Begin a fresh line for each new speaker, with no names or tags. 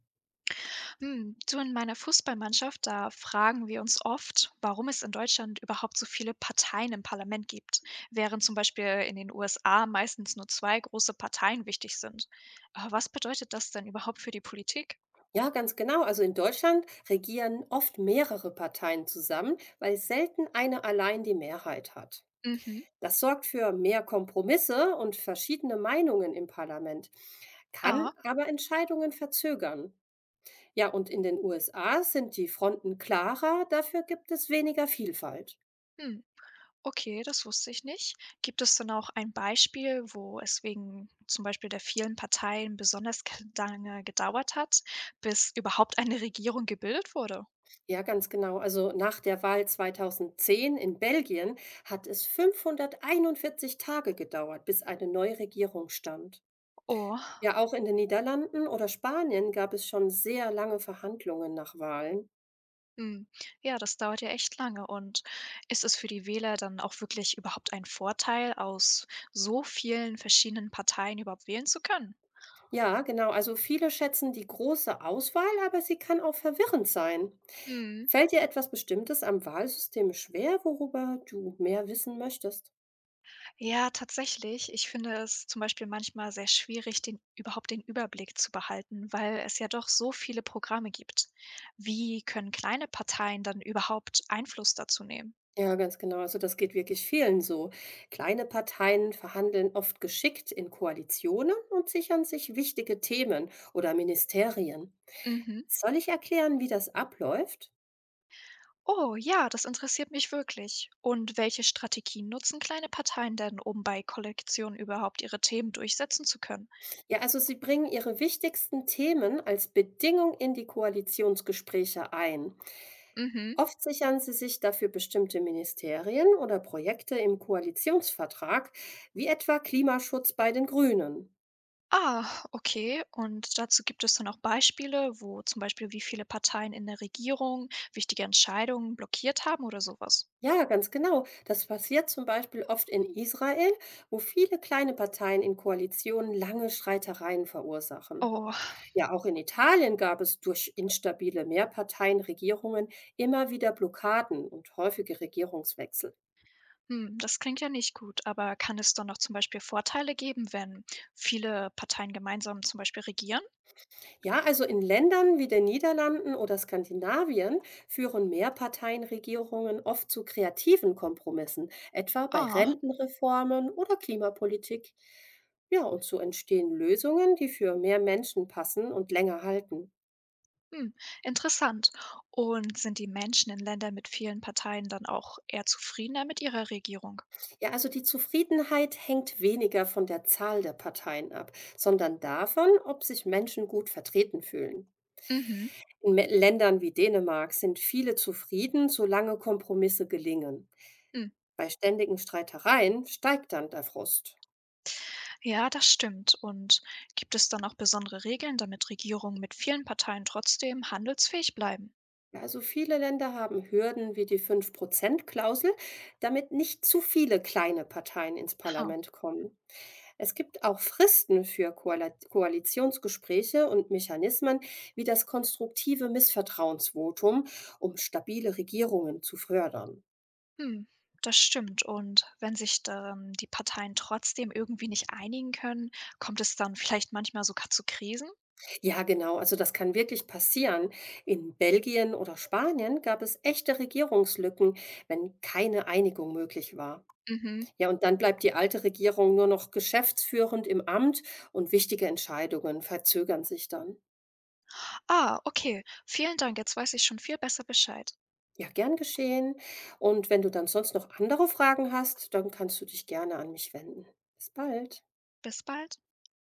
Hm, du, in meiner Fußballmannschaft, da fragen wir uns oft, warum es in Deutschland überhaupt so viele Parteien im Parlament gibt, während zum Beispiel in den USA meistens nur zwei große Parteien wichtig sind. Aber was bedeutet das denn überhaupt für die Politik?
Ja, ganz genau. Also in Deutschland regieren oft mehrere Parteien zusammen, weil selten eine allein die Mehrheit hat.
Mhm.
Das sorgt für mehr Kompromisse und verschiedene Meinungen im Parlament, kann
Ah,
aber Entscheidungen verzögern. Ja, und in den USA sind die Fronten klarer, dafür gibt es weniger Vielfalt.
hm. Okay, das wusste ich nicht. Gibt es dann auch ein Beispiel, wo es wegen zum Beispiel der vielen Parteien besonders lange gedauert hat, bis überhaupt eine Regierung gebildet wurde?
Ja, ganz genau. Also nach der Wahl 2010 in Belgien hat es 541 Tage gedauert, bis eine neue Regierung stand.
Oh.
Ja, auch in den Niederlanden oder Spanien gab es schon sehr lange Verhandlungen nach Wahlen.
Mhm. Ja, das dauert ja echt lange. Und ist es für die Wähler dann auch wirklich überhaupt ein Vorteil, aus so vielen verschiedenen Parteien überhaupt wählen zu können?
Ja, genau. Also viele schätzen die große Auswahl, aber sie kann auch verwirrend sein.
Mhm.
Fällt dir etwas Bestimmtes am Wahlsystem schwer, worüber du mehr wissen möchtest?
Ja, tatsächlich. Ich finde es zum Beispiel manchmal sehr schwierig, überhaupt den Überblick zu behalten, weil es ja doch so viele Programme gibt. Wie können kleine Parteien dann überhaupt Einfluss dazu nehmen?
Ja, ganz genau. Also das geht wirklich vielen so. Kleine Parteien verhandeln oft geschickt in Koalitionen und sichern sich wichtige Themen oder Ministerien.
Mhm.
Soll ich erklären, wie das abläuft?
Oh ja, das interessiert mich wirklich. Und welche Strategien nutzen kleine Parteien denn, um bei Kollektionen überhaupt ihre Themen durchsetzen zu können?
Ja, also sie bringen ihre wichtigsten Themen als Bedingung in die Koalitionsgespräche ein.
Mhm.
Oft sichern sie sich dafür bestimmte Ministerien oder Projekte im Koalitionsvertrag, wie etwa Klimaschutz bei den Grünen.
Ah, okay. Und dazu gibt es dann auch Beispiele, wo zum Beispiel wie viele Parteien in der Regierung wichtige Entscheidungen blockiert haben oder sowas.
Ja, ganz genau. Das passiert zum Beispiel oft in Israel, wo viele kleine Parteien in Koalitionen lange Streitereien verursachen.
Oh,
Ja, auch in Italien gab es durch instabile Mehrparteienregierungen immer wieder Blockaden und häufige Regierungswechsel.
hm, das klingt ja nicht gut, aber kann es dann noch zum Beispiel Vorteile geben, wenn viele Parteien gemeinsam zum Beispiel regieren?
Ja, also in Ländern wie den Niederlanden oder Skandinavien führen Mehrparteienregierungen oft zu kreativen Kompromissen, etwa bei
Ah.
Rentenreformen oder Klimapolitik. Ja, und so entstehen Lösungen, die für mehr Menschen passen und länger halten.
Hm, interessant. Und sind die Menschen in Ländern mit vielen Parteien dann auch eher zufriedener mit ihrer Regierung?
Ja, also die Zufriedenheit hängt weniger von der Zahl der Parteien ab, sondern davon, ob sich Menschen gut vertreten fühlen.
Mhm.
In Ländern wie Dänemark sind viele zufrieden, solange Kompromisse gelingen.
Hm.
Bei ständigen Streitereien steigt dann der Frust.
Ja, das stimmt. Und gibt es dann auch besondere Regeln, damit Regierungen mit vielen Parteien trotzdem handelsfähig bleiben?
Also viele Länder haben Hürden wie die 5% klausel, damit nicht zu viele kleine Parteien ins
Ha.
Parlament kommen. Es gibt auch Fristen für Koalitionsgespräche und Mechanismen wie das konstruktive Missvertrauensvotum, um stabile Regierungen zu fördern.
Hm. Das stimmt. Und wenn sich dann die Parteien trotzdem irgendwie nicht einigen können, kommt es dann vielleicht manchmal sogar zu Krisen?
Ja, genau, also das kann wirklich passieren. In Belgien oder Spanien gab es echte Regierungslücken, wenn keine Einigung möglich war.
Mhm.
Ja, und dann bleibt die alte Regierung nur noch geschäftsführend im Amt und wichtige Entscheidungen verzögern sich dann.
Ah, okay. Vielen Dank. Jetzt weiß ich schon viel besser Bescheid.
Ja, gern geschehen. Und wenn du dann sonst noch andere Fragen hast, dann kannst du dich gerne an mich wenden. Bis bald.
Bis bald.